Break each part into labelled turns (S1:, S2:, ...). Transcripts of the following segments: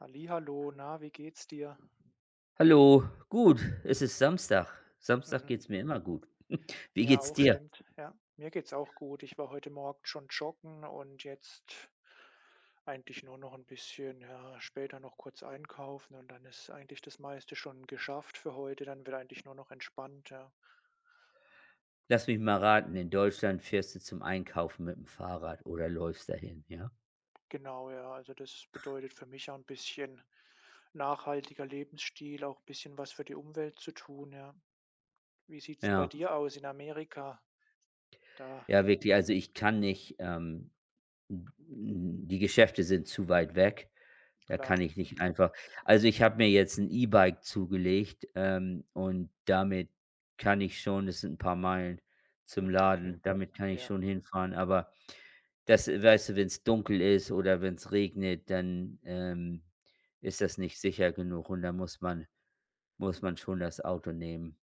S1: Hallihallo, na, wie geht's dir?
S2: Hallo, gut, es ist Samstag. Samstag
S1: Mhm.
S2: geht's mir immer gut. Wie
S1: Mir
S2: geht's
S1: auch,
S2: dir?
S1: stimmt. Ja, mir geht's auch gut. Ich war heute Morgen schon joggen und jetzt eigentlich nur noch ein bisschen, ja, später noch kurz einkaufen und dann ist eigentlich das meiste schon geschafft für heute. Dann wird eigentlich nur noch entspannt, ja.
S2: Lass mich mal raten, in Deutschland fährst du zum Einkaufen mit dem Fahrrad oder läufst dahin, ja?
S1: Genau, ja, also das bedeutet für mich auch ein bisschen nachhaltiger Lebensstil, auch ein bisschen was für die Umwelt zu tun, ja. Wie sieht's 'n bei
S2: Ja,
S1: dir aus in Amerika? Da
S2: ja, wirklich, also, ich kann nicht, die Geschäfte sind zu weit weg. Da
S1: Klar.
S2: kann ich nicht
S1: Mhm.
S2: einfach. Also, ich habe mir jetzt ein E-Bike zugelegt, und damit kann ich schon, das sind ein paar Meilen zum
S1: Mhm. Okay.
S2: Laden, damit kann ich
S1: Ja.
S2: schon hinfahren, aber das weißt du, wenn es dunkel ist oder wenn es regnet, dann, ist das nicht sicher genug und da muss man schon das Auto nehmen.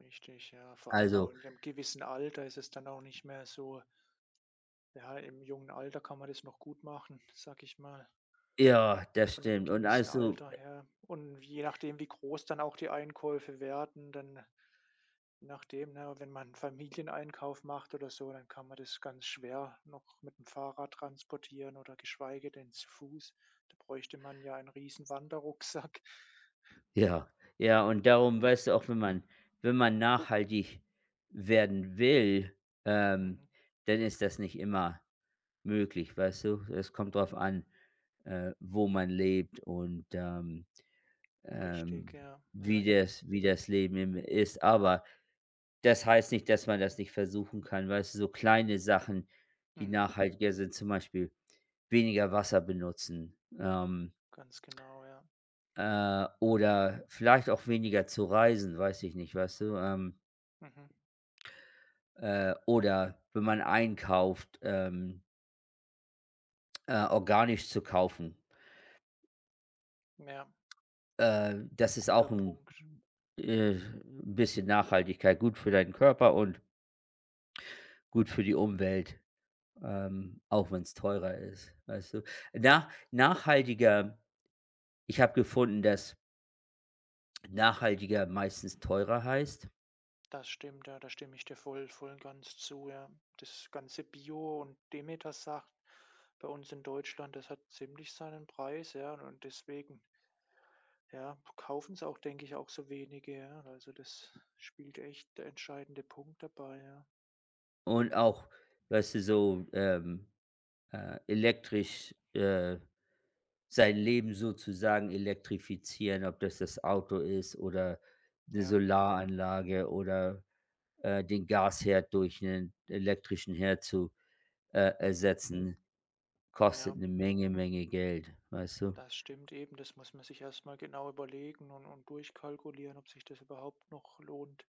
S1: Richtig, ja. Vor allem auch
S2: Also,
S1: in 'nem gewissen Alter ist es dann auch nicht mehr so. Ja, im jungen Alter kann man das noch gut machen, sage ich mal,
S2: ja, das
S1: ab 'nem
S2: stimmt. Und
S1: gewissen
S2: also,
S1: Alter, ja. Und je nachdem, wie groß dann auch die Einkäufe werden, dann je nachdem, ne, wenn man 'n Familieneinkauf macht oder so, dann kann man das ganz schwer noch mit dem Fahrrad transportieren oder geschweige denn zu Fuß. Da bräuchte man ja einen riesen Wanderrucksack.
S2: ja, ja,
S1: Ja,
S2: und darum, weißt du, auch wenn man nachhaltig werden will, ähm,
S1: mhm,
S2: dann ist das nicht immer möglich, weißt du? Es kommt drauf an, wo man lebt und,
S1: richtig,
S2: ähm,
S1: ja, ja, eben.
S2: wie das Leben eben ist. Aber das heißt nicht, dass man das nicht versuchen kann, weißt du? So kleine Sachen, die
S1: Mhm,
S2: nachhaltiger sind, zum Beispiel weniger Wasser benutzen,
S1: ganz genau, ja.
S2: oder vielleicht auch weniger zu reisen, weiß ich nicht, weißt du?
S1: Mhm.
S2: Oder wenn man einkauft, organisch zu kaufen.
S1: Ja,
S2: Das ist
S1: guter
S2: auch ein
S1: Punkt.
S2: äh, bisschen Nachhaltigkeit, gut für deinen Körper und gut für die Umwelt, auch wenn es teurer ist, weißt du? Nach nachhaltiger Ich habe gefunden, dass nachhaltiger meistens teurer heißt.
S1: Das stimmt, ja, da stimme ich dir voll, voll und ganz zu, ja. Das ganze Bio und Demeter sagt bei uns in Deutschland, das hat ziemlich seinen Preis, ja, und deswegen, ja, kaufen es auch, denke ich, auch so wenige, ja. Also das spielt echt der entscheidende Punkt dabei, ja.
S2: Und auch, weißt du, so, elektrisch, sein Leben sozusagen elektrifizieren, ob das das Auto ist oder 'ne
S1: Ja,
S2: Solaranlage oder, den Gasherd durch einen elektrischen Herd zu, Mhm.
S1: mhm.
S2: ersetzen, kostet
S1: Ja.
S2: eine Menge, Menge Geld, weißt du?
S1: Das stimmt eben, das muss man sich erst mal genau überlegen und durchkalkulieren, ob sich das überhaupt noch lohnt.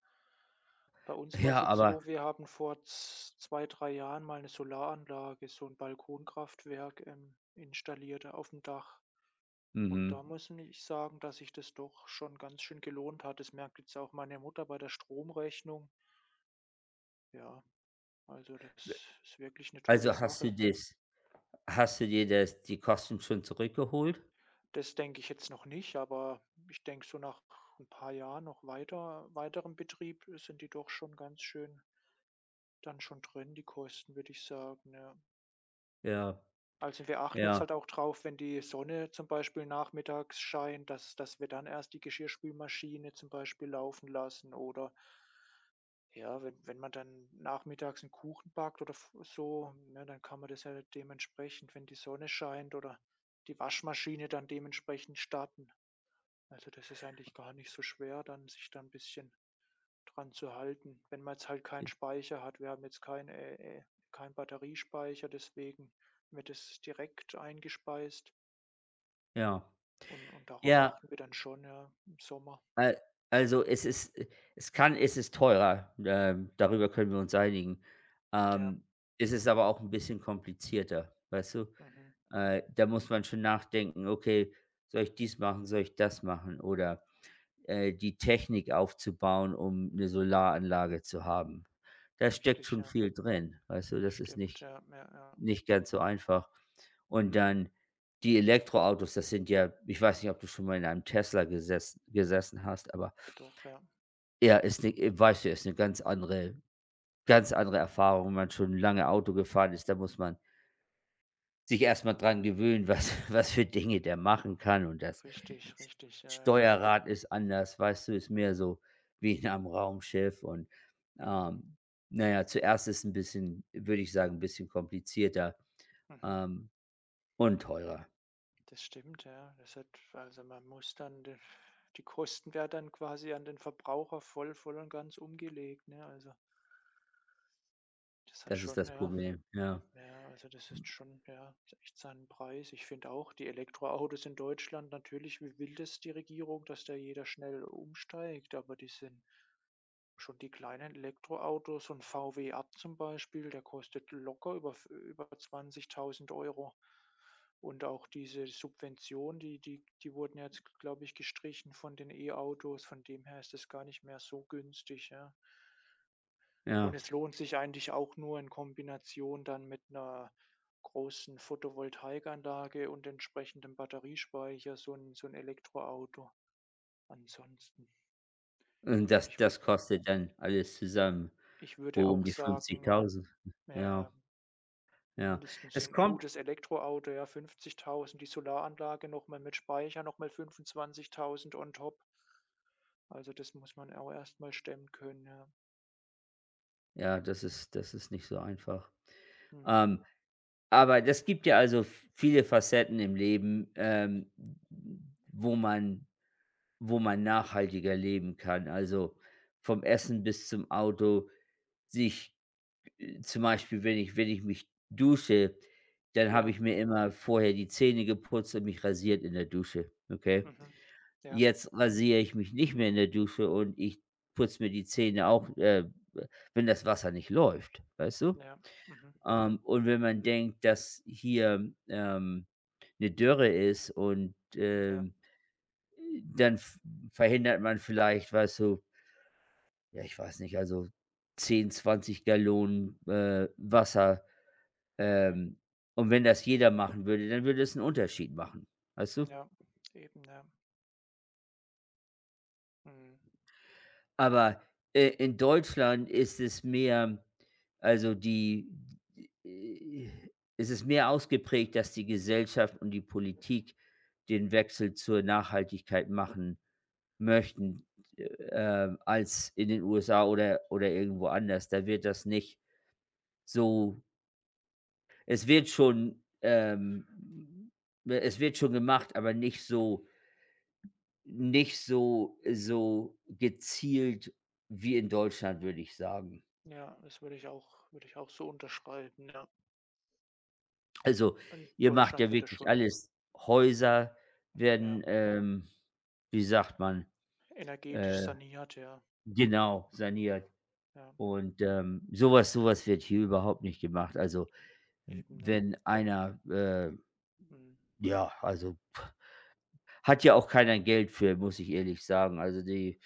S1: Bei
S2: Ja,
S1: uns war es
S2: ja.
S1: jetzt
S2: Aber
S1: so, wir haben vor z 2, 3 Jahren mal eine Solaranlage, so ein Balkonkraftwerk, installiert auf dem Dach. Und
S2: mhm.
S1: da muss ich sagen, dass sich das doch schon ganz schön gelohnt hat. Das merkt jetzt auch meine Mutter bei der Stromrechnung. Ja, also das ist wirklich eine tolle
S2: Also,
S1: Sache.
S2: hast du dir das die Kosten schon zurückgeholt?
S1: Das denke ich jetzt noch nicht, aber ich denke, so nach ein paar Jahren noch weiterem Betrieb sind die doch schon ganz schön dann schon drin, die Kosten, würde ich sagen, ja.
S2: Ja,
S1: Also, wir achten jetzt
S2: ja,
S1: halt auch drauf, wenn die Sonne zum Beispiel nachmittags scheint, dass wir dann erst die Geschirrspülmaschine zum Beispiel laufen lassen oder ja, wenn man dann nachmittags einen Kuchen backt oder f so, ne, dann kann man das ja dementsprechend, wenn die Sonne scheint oder die Waschmaschine dann dementsprechend starten. Also, das ist eigentlich gar nicht so schwer, dann sich da 'n bisschen dran zu halten, wenn man jetzt halt keinen Speicher hat. Wir haben jetzt keinen Batteriespeicher, deswegen wird es direkt eingespeist
S2: ja.
S1: und darauf
S2: Ja.
S1: achten wir dann schon, ja, im Sommer.
S2: Al also, es ist teurer, darüber können wir uns einigen.
S1: Ja,
S2: Ähm, Es ist aber auch ein bisschen komplizierter, weißt du?
S1: mhm,
S2: Da muss man schon nachdenken: „Okay, soll ich dies machen? Soll ich das machen?" Oder, die Technik aufzubauen, um eine Solaranlage zu haben. Da steckt
S1: richtig,
S2: schon
S1: ja.
S2: viel drin, weißt du? Das ist
S1: Stimmt, ja, ja, ja.
S2: nicht ganz so einfach. Und dann die Elektroautos, das sind ja, ich weiß nicht, ob du schon mal in einem Tesla gesessen hast, aber
S1: Doch, ja.
S2: ja, ist 'ne, weißt du, ist eine ganz andere Erfahrung, wenn man schon lange Auto gefahren ist. Da muss man sich erstmal dran gewöhnen, was was für Dinge der machen kann, und das
S1: Richtig,
S2: S
S1: richtig, ja, ja.
S2: Steuerrad ist anders, weißt du, ist mehr so wie in einem Raumschiff. Und,
S1: Mhm,
S2: ähm, na ja, zuerst ist ein bisschen, würde ich sagen, ein bisschen komplizierter,
S1: mhm.
S2: ähm, und teurer.
S1: Das stimmt, ja. Das hat Also, man muss dann de die Kosten werden dann quasi an den Verbraucher voll voll und ganz umgelegt, ne? Also, das hat
S2: Das ist
S1: schon,
S2: das
S1: ja.
S2: Problem. Ja,
S1: Ja, also das ist schon, ja, echt seinen Preis. Ich finde auch, die Elektroautos in Deutschland natürlich, wie will das die Regierung, dass da jeder schnell umsteigt, aber die sind Schon die kleinen Elektroautos, so 'n VW Up zum Beispiel, der kostet locker über 20.000 Euro. Und auch diese Subvention, die wurden jetzt, g glaube ich, gestrichen von den E-Autos. Von dem her ist das gar nicht mehr so günstig, ja. Und
S2: ja.
S1: es lohnt sich eigentlich auch nur in Kombination dann mit 'ner großen Photovoltaikanlage und entsprechendem Batteriespeicher, so 'n Elektroauto ansonsten.
S2: Und
S1: Und ich würde
S2: das kostet dann alles zusammen,
S1: ich würde
S2: so um
S1: auch
S2: die
S1: sagen, ja,
S2: 50.000.
S1: ja,
S2: Ja.
S1: ja.
S2: Ja,
S1: Mindestens
S2: es
S1: ein
S2: kommt.
S1: gutes Elektroauto, ja. 50.000, die Solaranlage nochmal mit Speicher nochmal 25.000 on top. Also, das muss man auch erstmal stemmen können, ja.
S2: Ja, das ist nicht so einfach.
S1: Mhm.
S2: Ähm, aber das gibt ja, also, v viele Facetten im Leben, wo man wo man nachhaltiger leben kann. Also, vom Essen bis zum Auto, sich, zum Beispiel, wenn ich mich dusche, dann habe
S1: Ja,
S2: ich mir immer vorher die Zähne geputzt und mich rasiert in der Dusche, okay?
S1: mhm. Ja,
S2: Jetzt rasiere ich mich nicht mehr in der Dusche und ich putze mir die Zähne auch, wenn das Wasser nicht läuft, weißt du?
S1: ja, mhm.
S2: Und wenn man denkt, dass hier, 'ne Dürre ist und,
S1: Ja,
S2: dann v verhindert man vielleicht, weißt du, ja, ich weiß nicht, also, 10, 20 Gallonen, Wasser,
S1: okay.
S2: ähm, und wenn das jeder machen würde, dann würde es einen Unterschied machen, weißt du?
S1: Ja, eben, ja. Mhm.
S2: Aber, in Deutschland ist es mehr, also die, äh, ist es mehr ausgeprägt, dass die Gesellschaft und die Politik den Wechsel zur Nachhaltigkeit machen möchten, als in den USA oder irgendwo anders. Da wird das nicht so, es wird schon, ähm es wird schon gemacht, aber nicht so gezielt wie in Deutschland, würde ich sagen.
S1: Ja, das würde ich auch so unterschreiben, ja.
S2: Also,
S1: In
S2: ihr macht
S1: Deutschland
S2: ja
S1: wird das
S2: wirklich
S1: schon,
S2: alles. Häuser
S1: ja,
S2: werden, wie sagt man, äh
S1: energetisch saniert, ja.
S2: genau, saniert.
S1: Ja,
S2: Und, sowas, was so, wird hier überhaupt nicht gemacht. Also, w
S1: eben, ja.
S2: wenn einer,
S1: Mhm.
S2: ja, also, pff, hat ja auch keiner Geld für, muss ich ehrlich sagen. Also, die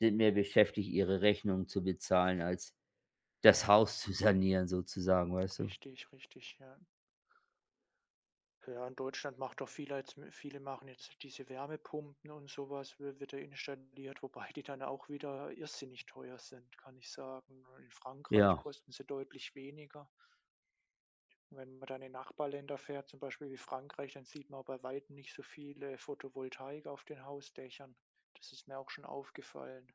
S2: sind mehr beschäftigt, ihre Rechnungen zu bezahlen, als das
S1: Ja,
S2: Haus zu sanieren, sozusagen, weißt du?
S1: richtig, richtig, ja. Ja, in Deutschland macht doch viele jetzt viele machen jetzt diese Wärmepumpen und sowas wi wird ja installiert, wobei die dann auch wieder irrsinnig teuer sind, kann ich sagen. In Frankreich
S2: Ja.
S1: kosten sie deutlich weniger. Und wenn man dann in Nachbarländer fährt, zum Beispiel wie Frankreich, dann sieht man auch bei weitem nicht so viele Photovoltaik auf den Hausdächern. Das ist mir auch schon aufgefallen.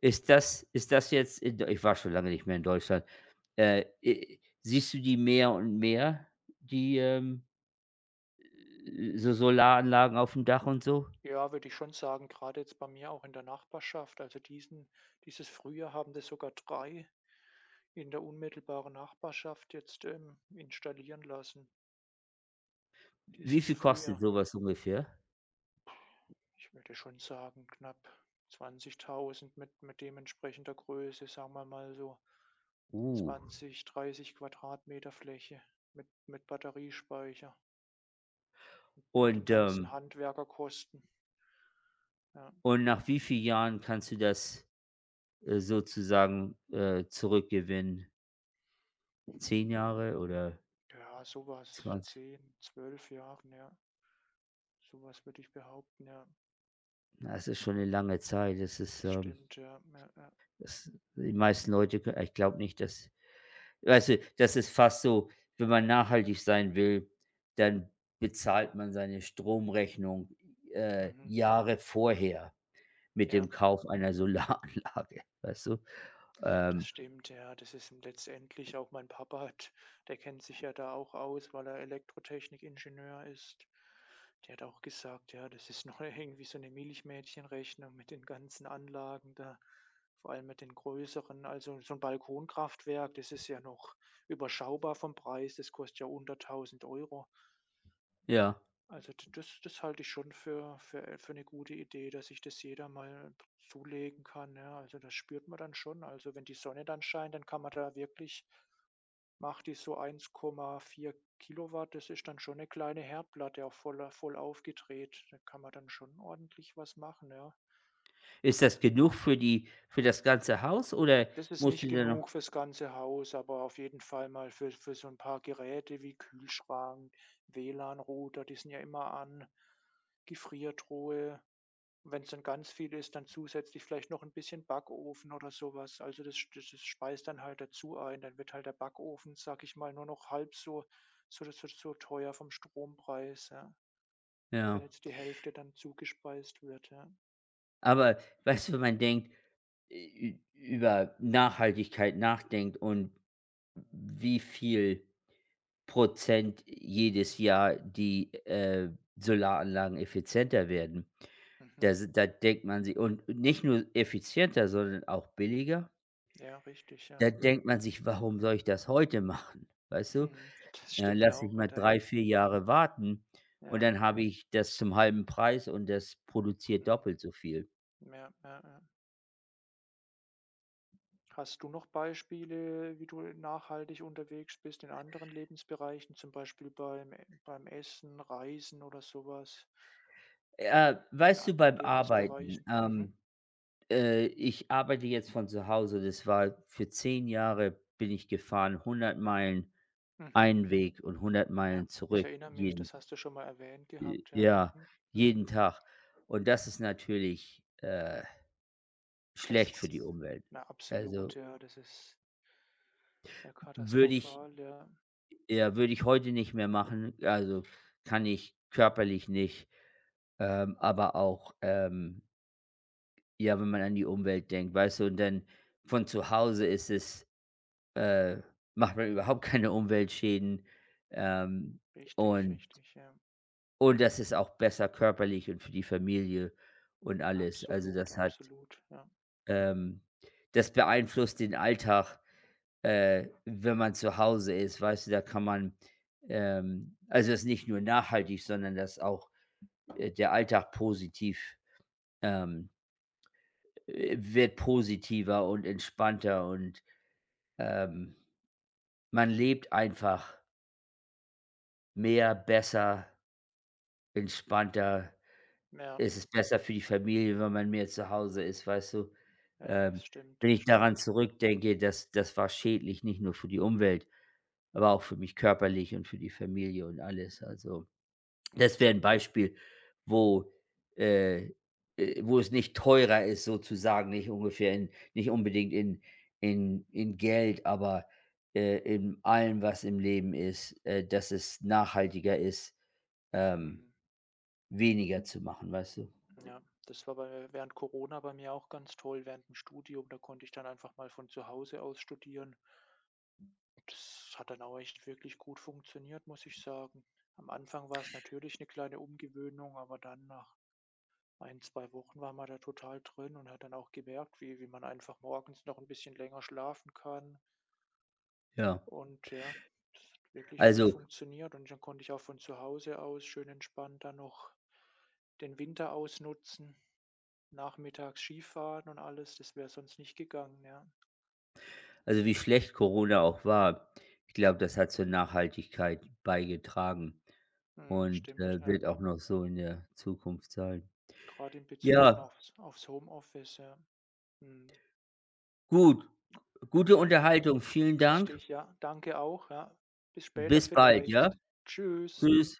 S2: Ist das jetzt in, ich war schon lange nicht mehr in Deutschland. I Siehst du die mehr und mehr, die, so, Solaranlagen aufm Dach und so?
S1: Ja, würde ich schon sagen, gerade jetzt bei mir auch in der Nachbarschaft. Also, diesen dieses Frühjahr haben das sogar drei in der unmittelbaren Nachbarschaft jetzt, installieren lassen,
S2: Wie
S1: dieses
S2: viel kostet
S1: Frühjahr.
S2: sowas ungefähr?
S1: Ich würde schon sagen, knapp 20.000 mit dementsprechender Größe, sagen wir mal so
S2: Uh,
S1: 20, 30 Quadratmeter Fläche mit Batteriespeicher und den
S2: und,
S1: ganzen Handwerkerkosten, ja.
S2: und nach wie vielen Jahren kannst du das, sozusagen, zurückgewinnen?
S1: Mhm.
S2: 10 Jahre oder
S1: Ja, so was,
S2: 20?
S1: 10, 12 Jahren, ja. So was würde ich behaupten, ja.
S2: Na, es ist schon
S1: Ne,
S2: eine lange Zeit. Das ist,
S1: das stimmt, ja, ja, ja.
S2: das, die meisten Leute kö ich glaube nicht, dass, weißt du, das ist fast so, wenn man nachhaltig sein will, dann bezahlt man seine Stromrechnung,
S1: Mhm.
S2: Jahre vorher mit
S1: Ja.
S2: dem Kauf einer Solaranlage, weißt du?
S1: Das
S2: Ähm,
S1: stimmt, ja. Das ist letztendlich auch mein Papa, hat der kennt sich ja da auch aus, weil er Elektrotechnikingenieur ist. Der hat auch gesagt: „Ja, das ist noch irgendwie so eine Milchmädchenrechnung mit den ganzen Anlagen da, vor allem mit den größeren. Also, so ein Balkonkraftwerk, das ist ja noch überschaubar vom Preis. Das kostet ja unter 1.000 Euro.
S2: ja.
S1: Also, d das das halte ich schon für 'ne gute Idee, dass sich das jeder mal zulegen kann, ja. Also, das spürt man dann schon. Also, wenn die Sonne dann scheint, dann kann man da wirklich, macht die so 1,4 Kilowatt. Das ist dann schon eine kleine Herdplatte, auch voll voll aufgedreht. Da kann man dann schon ordentlich was machen, ja.
S2: Ist das genug für die für das ganze Haus oder
S1: Das ist
S2: musst
S1: nicht
S2: du da noch,
S1: genug fürs ganze Haus, aber auf jeden Fall mal für so ein paar Geräte wie Kühlschrank, WLAN-Router, die sind ja immer an, Gefriertruhe. Und wenn es dann ganz viel ist, dann zusätzlich vielleicht noch ein bisschen Backofen oder sowas. Also, das speist dann halt dazu ein. Dann wird halt der Backofen, sage ich mal, nur noch halb so teuer vom Strompreis, ja,
S2: ja?
S1: wenn jetzt die Hälfte dann zugespeist wird, ja.
S2: Aber weißt du, wenn man denkt, ü über Nachhaltigkeit nachdenkt und wie viel Prozent jedes Jahr die, Solaranlagen effizienter werden.
S1: Mhm.
S2: Da denkt man sich, und nicht nur effizienter, sondern auch billiger.
S1: Ja, richtig, ja.
S2: Da denkt man sich: „Warum soll ich das heute machen?" Weißt du?
S1: Mhm. Das
S2: Dann
S1: stimmt
S2: lasse ich
S1: auch
S2: mal
S1: wieder,
S2: drei,
S1: ja.
S2: 4 Jahre warten und
S1: Ja.
S2: dann habe ich das zum halben Preis und das produziert
S1: Mhm.
S2: doppelt so viel.
S1: Ja, ja, ja. Hast du noch Beispiele, wie du nachhaltig unterwegs bist in anderen Lebensbereichen, zum Beispiel beim E beim Essen, Reisen oder sowas? In
S2: Weißt du,
S1: anderen
S2: beim Arbeiten,
S1: Lebensbereichen. Mhm,
S2: ich arbeite jetzt von zu Hause. Das war für 10 Jahre bin ich gefahren, 100 Meilen
S1: mhm.
S2: einen Weg und 100
S1: Ja,
S2: Meilen
S1: ich
S2: zurück
S1: erinnere mich,
S2: jeden,
S1: das hast du schon mal erwähnt gehabt, ja.
S2: ja,
S1: Mhm, mhm.
S2: jeden Tag. Und das ist natürlich,
S1: Das
S2: schlecht für die
S1: ist,
S2: Umwelt.
S1: na, absolut,
S2: Also,
S1: ja, das ist sehr
S2: würde ich
S1: katastrophal, ja.
S2: ja, würde ich heute nicht mehr machen. Also, kann ich körperlich nicht, aber auch, ja, wenn man an die Umwelt denkt, weißt du? Und dann, von zu Hause ist es, äh, macht man überhaupt keine Umweltschäden, ähm,
S1: Richtig,
S2: und
S1: richtig, ja.
S2: und das ist auch besser körperlich und für die Familie und alles. Also,
S1: Absolut,
S2: das hat,
S1: absolut, ja.
S2: ähm, das beeinflusst den Alltag, wenn man zu Hause ist, weißt du? Da kann man, also, das ist nicht nur nachhaltig, sondern das auch, der Alltag positiv, ähm, wird positiver und entspannter und, ähm, man lebt einfach mehr, besser, entspannter.
S1: Ja,
S2: Es ist besser für die Familie, wenn man mehr zu Hause ist, weißt du?
S1: ja,
S2: Ähm,
S1: das stimmt,
S2: Wenn
S1: das
S2: ich daran
S1: stimmt.
S2: zurückdenke, das war schädlich, nicht nur für die Umwelt, aber auch für mich körperlich und für die Familie und alles. Also, das wäre
S1: Mhm,
S2: ein Beispiel, wo, äh, wo es nicht teurer ist, sozusagen, nicht ungefähr in, nicht unbedingt in Geld, aber, in allem, was im Leben ist, dass es nachhaltiger ist, ähm,
S1: mhm.
S2: weniger zu machen, weißt du?
S1: Ja, das war während Corona bei mir auch ganz toll, während dem Studium, da konnte ich dann einfach mal von zu Hause aus studieren. Das hat dann auch echt wirklich gut funktioniert, muss ich sagen. Am Anfang war es natürlich eine kleine Umgewöhnung, aber dann nach ein, 2 Wochen war man da total drin und hat dann auch gemerkt, wie man einfach morgens noch ein bisschen länger schlafen kann.
S2: Ja.
S1: Und ja, das hat wirklich gut
S2: Also
S1: funktioniert und dann konnte ich auch von zu Hause aus schön entspannt dann noch den Winter ausnutzen, nachmittags Skifahren und alles. Das wäre sonst nicht gegangen, ja.
S2: also, wie schlecht Corona auch war, ich glaube, das hat zur Nachhaltigkeit beigetragen
S1: Mhm,
S2: und,
S1: stimmt, ja,
S2: wird auch noch so in der Zukunft sein.
S1: gerade in Bezug dann
S2: Ja,
S1: aufs Homeoffice, ja. Mhm.
S2: gut. Gute
S1: Ja,
S2: Unterhaltung. Vielen Dank.
S1: richtig, ja. Danke auch, ja. Bis später
S2: Bis bald, ja?
S1: vielleicht. Tschüss.
S2: Tschüss.